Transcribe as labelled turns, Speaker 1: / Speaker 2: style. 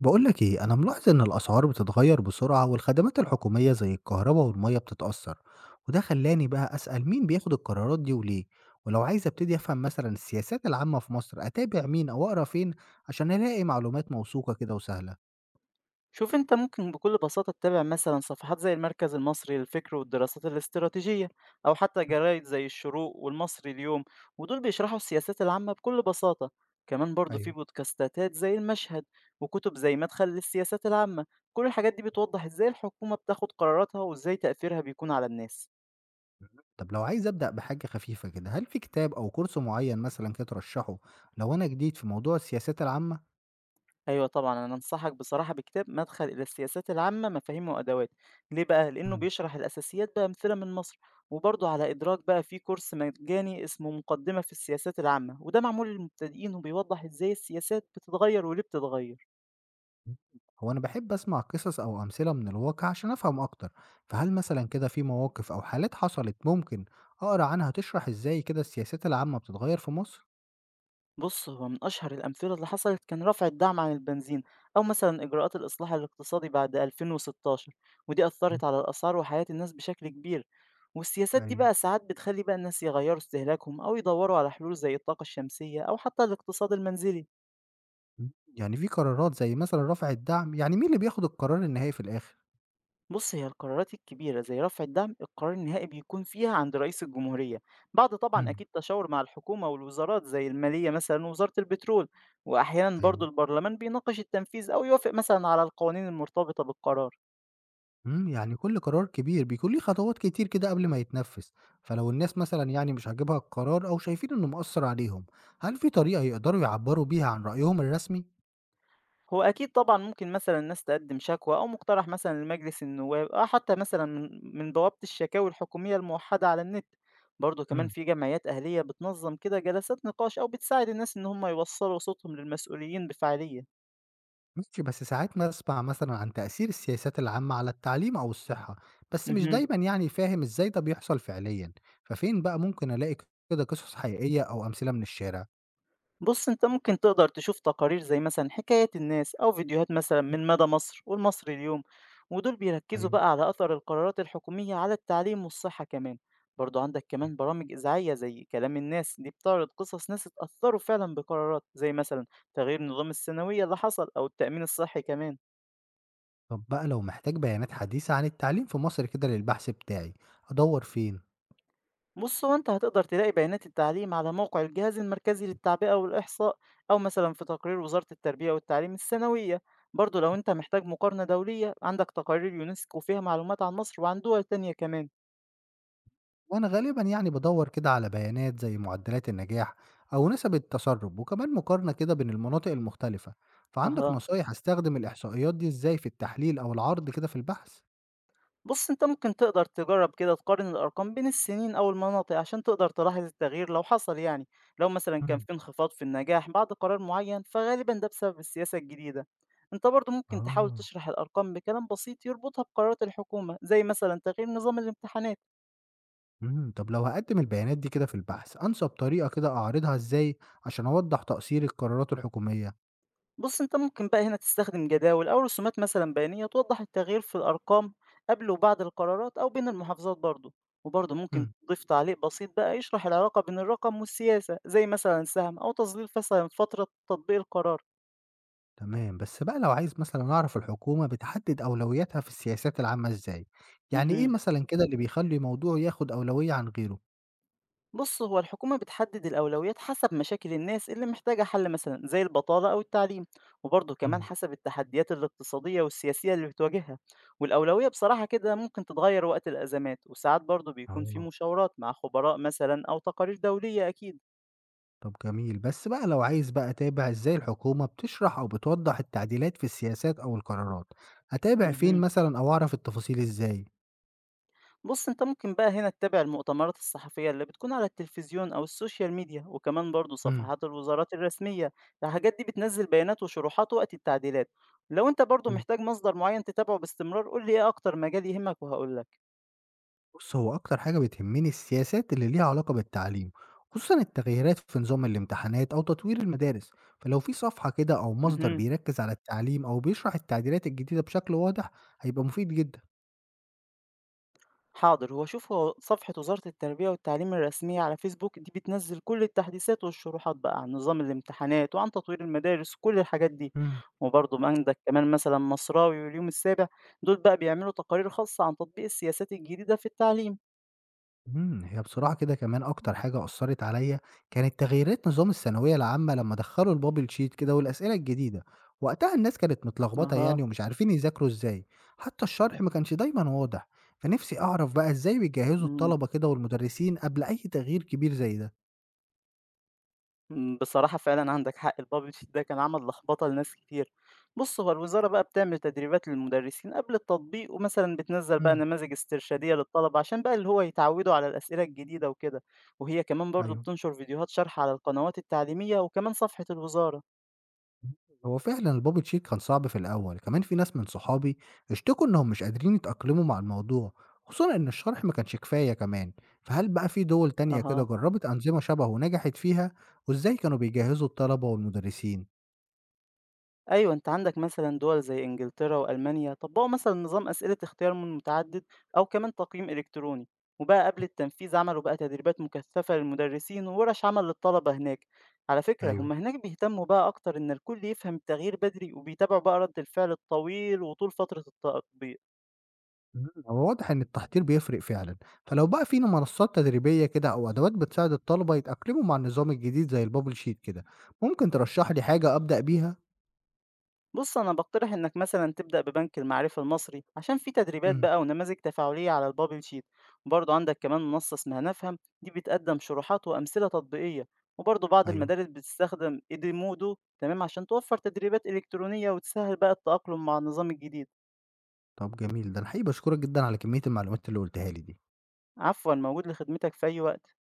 Speaker 1: بقولك ايه، انا ملاحظ ان الاسعار بتتغير بسرعة والخدمات الحكومية زي الكهرباء والمية بتتأثر. وده خلاني بقى اسأل مين بياخد القرارات دي وليه. ولو عايز ابتدي افهم مثلا السياسات العامة في مصر، اتابع مين او اقرا فين عشان الاقي معلومات موثوقة كده وسهلة؟
Speaker 2: شوف انت ممكن بكل بساطة تتابع مثلا صفحات زي المركز المصري للفكر والدراسات الاستراتيجية، أو حتى
Speaker 1: مم.
Speaker 2: جرايد زي الشروق والمصري اليوم. ودول بيشرحوا السياسات العامة بكل بساطة. كمان برضو في
Speaker 1: ايوه.
Speaker 2: بودكاستات زي المشهد، وكتب زي مدخل للسياسات العامة. كل الحاجات دي بتوضح ازاي الحكومة بتاخد قراراتها وازاي تأثيرها بيكون على الناس.
Speaker 1: طب لو عايز ابدأ بحاجة خفيفة كده، هل في كتاب او كورس معين مثلا كده ترشحه لو انا جديد في موضوع السياسات العامة؟
Speaker 2: أيوه طبعًا، أنا أنصحك بصراحة بكتاب "مدخل إلى السياسات العامة: مفاهيم وأدوات". ليه بقى؟ لإنه بيشرح الأساسيات بأمثلة من مصر، وبرضه على إدراك بقى في كورس مجاني اسمه "مقدمة في السياسات العامة"، وده معمول للمبتدئين وبيوضح إزاي السياسات بتتغير وليه بتتغير.
Speaker 1: إمم، هو أنا باحب أسمع قصص أو أمثلة من الواقع عشان أفهم أكتر، فهل مثلًا كده في مواقف أو حالات حصلت ممكن أقرا عنها تشرح إزاي كده السياسات العامة بتتغير في مصر؟
Speaker 2: بص هو من أشهر الأمثلة اللي حصلت كان رفع الدعم عن البنزين، أو مثلا إجراءات الإصلاح الاقتصادي بعد 2016. ودي
Speaker 1: إمم،
Speaker 2: أثرت على الأسعار وحياة الناس بشكل كبير. والسياسات دي
Speaker 1: أيوه.
Speaker 2: بقى ساعات بتخلي بقى الناس يغيروا استهلاكهم أو يدوروا على حلول زي الطاقة الشمسية أو حتى الاقتصاد المنزلي.
Speaker 1: إمم، يعني في قرارات زي مثلًا رفع الدعم، يعني مين اللي بياخد القرار النهائي في الآخر؟
Speaker 2: بص هي القرارات الكبيرة زي رفع الدعم القرار النهائي بيكون فيها عند رئيس الجمهورية، بعد طبعا
Speaker 1: إمم،
Speaker 2: أكيد تشاور مع الحكومة والوزارات زي المالية مثلا ووزارة البترول. وأحيانا برضو
Speaker 1: أيوه.
Speaker 2: البرلمان بيناقش التنفيذ أو يوافق مثلا على القوانين المرتبطة بالقرار.
Speaker 1: إمم، يعني كل قرار كبير بيكون ليه خطوات كتير كده قبل ما يتنفذ، فلو الناس مثلًا يعني مش عاجبها القرار أو شايفين إنه مأثّر عليهم، هل في طريقة يقدروا يعبّروا بيها عن رأيهم الرسمي؟
Speaker 2: هو أكيد طبعا ممكن مثلا الناس تقدم شكوى أو مقترح مثلا لمجلس النواب، أو حتى مثلا من بوابة الشكاوي الحكومية الموحدة على النت. برضه كمان
Speaker 1: إمم.
Speaker 2: في جمعيات أهلية بتنظم كده جلسات نقاش أو بتساعد الناس إن هم يوصلوا صوتهم للمسؤولين بفعالية.
Speaker 1: ماشي، بس ساعات باسمع مثلًا عن تأثير السياسات العامة على التعليم أو الصحة، بس مش
Speaker 2: مهم.
Speaker 1: دايمًا يعني فاهم إزاي ده بيحصل فعليًا، ففين بقى ممكن ألاقي كده قصص حقيقية أو أمثلة من الشارع؟
Speaker 2: بص انت ممكن تقدر تشوف تقارير زي مثلا حكايات الناس او فيديوهات مثلا من مدى مصر والمصري اليوم. ودول بيركزوا
Speaker 1: أيوه.
Speaker 2: بقى على اثر القرارات الحكومية على التعليم والصحة كمان. برضو عندك كمان برامج إذاعية زي كلام الناس دي بتعرض قصص ناس اتأثروا فعلا بقرارات زي مثلا تغيير نظام الثانوية اللي حصل أو التأمين الصحي كمان.
Speaker 1: طب بقى لو محتاج بيانات حديثة عن التعليم في مصر كده للبحث بتاعي، أدوّر فين؟
Speaker 2: بُص، هو أنت هتقدر تلاقي بيانات التعليم على موقع الجهاز المركزي للتعبئة والإحصاء، أو مثلًا في تقرير وزارة التربية والتعليم السنوية. برضه لو أنت محتاج مقارنة دولية عندك تقارير يونسكو فيها معلومات عن مصر وعن دول تانية كمان.
Speaker 1: وأنا غالبًا يعني بادوّر كده على بيانات زي معدلات النجاح أو نسب التسرب، وكمان مقارنة كده بين المناطق المختلفة، فعندك
Speaker 2: أها،
Speaker 1: نصايح أستخدم الإحصائيات دي إزاي في التحليل أو العرض كده في البحث؟
Speaker 2: بُص، أنت ممكن تقدر تجرّب كده تقارن الأرقام بين السنين أو المناطق عشان تقدر تلاحظ التغيير لو حصل يعني، لو مثلًا كان في
Speaker 1: إمم،
Speaker 2: انخفاض في النجاح بعد قرار معين فغالبًا ده بسبب السياسة الجديدة. أنت برضه ممكن تحاول
Speaker 1: آه.
Speaker 2: تشرح الأرقام بكلام بسيط يربطها بقرارات الحكومة، زي مثلًا تغيير نظام الامتحانات.
Speaker 1: طب لو هاقدّم البيانات دي كده في البحث، أنسب طريقة كده أعرضها إزاي عشان أوضّح تقصير القرارات الحكومية؟
Speaker 2: بُص، أنت ممكن بقى هنا تستخدم جداول أو رسومات مثلًا بيانية توضح التغيير في الأرقام قبل وبعد القرارات أو بين المحافظات برضه، وبرضه ممكن
Speaker 1: إمم.
Speaker 2: تضيف تعليق بسيط بقى يشرح العلاقة بين الرقم والسياسة، زي مثلًا سهم أو تظليل مثلًا فترة تطبيق القرار.
Speaker 1: تمام، بس بقى لو عايز مثلًا أعرف الحكومة بتحدد أولوياتها في السياسات العامة إزاي؟ يعني إيه
Speaker 2: اهم.
Speaker 1: مثلًا كده اللي بيخلّي موضوع ياخد أولوية عن غيره؟
Speaker 2: بص هو الحكومة بتحدد الأولويات حسب مشاكل الناس اللي محتاجة حل مثلا زي البطالة أو التعليم، وبرضه كمان
Speaker 1: إمم.
Speaker 2: حسب التحديات الاقتصادية والسياسية اللي بتواجهها. والأولوية بصراحة كده ممكن تتغير وقت الأزمات، وساعات برضه بيكون في
Speaker 1: آه.
Speaker 2: مشاورات مع خبراء مثلا أو تقارير دولية أكيد.
Speaker 1: طب جميل، بس بقى لو عايز بقى أتابع إزاي الحكومة بتشرح أو بتوضّح التعديلات في السياسات أو القرارات، أتابع فين
Speaker 2: مهم.
Speaker 1: مثلًا أو أعرف التفاصيل إزاي؟
Speaker 2: بُص، أنت ممكن بقى هنا تتابع المؤتمرات الصحفية اللي بتكون على التلفزيون أو السوشيال ميديا، وكمان برضه
Speaker 1: إمم.
Speaker 2: صفحات الوزارات الرسمية. الحاجات دي بتنزل بيانات وشروحات وقت التعديلات. لو أنت برضه محتاج مصدر معين تتابعه باستمرار قُل لي إيه أكتر مجال يهمك وهاقول لك.
Speaker 1: بُص، هو أكتر حاجة بتهمني السياسات اللي ليها علاقة بالتعليم، خصوصًا التغييرات في نظام الامتحانات أو تطوير المدارس، فلو في صفحة كده أو مصدر
Speaker 2: اهم.
Speaker 1: بيركز على التعليم أو بيشرح التعديلات الجديدة بشكل واضح هيبقى مفيد جدًا.
Speaker 2: حاضر، هو شوف هو صفحة وزارة التربية والتعليم الرسمية على فيسبوك دي بتنزل كل التحديثات والشروحات بقى عن نظام الامتحانات وعن تطوير المدارس وكل الحاجات دي.
Speaker 1: إمم.
Speaker 2: وبرضه ما عندك كمان مثلا مصراوي واليوم السابع، دول بقى بيعملوا تقارير خاصة عن تطبيق السياسات الجديدة في التعليم.
Speaker 1: هي بصراحة كده كمان أكتر حاجة أثّرت عليَّ كانت تغييرات نظام الثانوية العامة لمّا دخّلوا الbubble sheet كده والأسئلة الجديدة، وقتها الناس كانت متلخبطة
Speaker 2: أها.
Speaker 1: يعني ومش عارفين يذاكروا إزاي، حتى الشرح ما كانش دايمًا واضح، فنفسي أعرف بقى إزاي بيجهّزوا
Speaker 2: مم.
Speaker 1: الطلبة كده والمدرسين قبل أي تغيير كبير زي ده؟
Speaker 2: إمم، بصراحة فعلًا عندك حق الPubG ده كان عمل لخبطة لناس كتير. بُص، هو الوزارة بقى بتعمل تدريبات للمدرسين قبل التطبيق، ومثلًا بتنزّل بقى
Speaker 1: إمم،
Speaker 2: نماذج استرشادية للطلبة عشان بقى اللي هو يتعودوا على الأسئلة الجديدة وكده، وهي كمان برضه
Speaker 1: أيوه.
Speaker 2: بتنشر فيديوهات شرح على القنوات التعليمية وكمان صفحة الوزارة.
Speaker 1: هو فعلا البابل شيك كان صعب في الأول، كمان في ناس من صحابي اشتكوا إنهم مش قادرين يتأقلموا مع الموضوع، خصوصا إن الشرح ما كانش كفاية كمان. فهل بقى في دول تانية كده
Speaker 2: أها.
Speaker 1: جربت أنظمة شبه ونجحت فيها وإزاي كانوا بيجهزوا الطلبة والمدرسين؟
Speaker 2: أيوه، أنت عندك مثلًا دول زي إنجلترا وألمانيا طبّقوا مثلًا نظام أسئلة اختيار من متعدد أو كمان تقييم إلكتروني، وبقى قبل التنفيذ عملوا بقى تدريبات مكثفة للمدرسين وورش عمل للطلبة هناك. على فكرة
Speaker 1: أيوه.
Speaker 2: هم هناك بيهتموا بقى أكتر إن الكل يفهم التغيير بدري، وبيتابعوا بقى رد الفعل الطويل وطول فترة التطبيق.
Speaker 1: هو واضح إن التحضير بيفرق فعلا، فلو بقى في منصات تدريبية كده أو أدوات بتساعد الطلبة يتأقلموا مع النظام الجديد زي البابل شيت كده، ممكن ترشح لي حاجة أبدأ بيها؟
Speaker 2: بص أنا بقترح إنك مثلا تبدأ ببنك المعرفة المصري عشان في تدريبات
Speaker 1: امم،
Speaker 2: بقى ونماذج تفاعلية على البابل شيت. وبرضه عندك كمان منصة اسمها نفهم دي بتقدم شروحات وأمثلة تطبيقية، وبرضه بعض
Speaker 1: أيوه.
Speaker 2: المدارس بتستخدم إديمودو تمام عشان توفر تدريبات إلكترونية وتسهل بقى التأقلم مع النظام الجديد.
Speaker 1: طب جميل، ده أنا حقيقي بشكرك جدا على كمية المعلومات اللي قلتها لي دي.
Speaker 2: عفوا، موجود لخدمتك في أي وقت.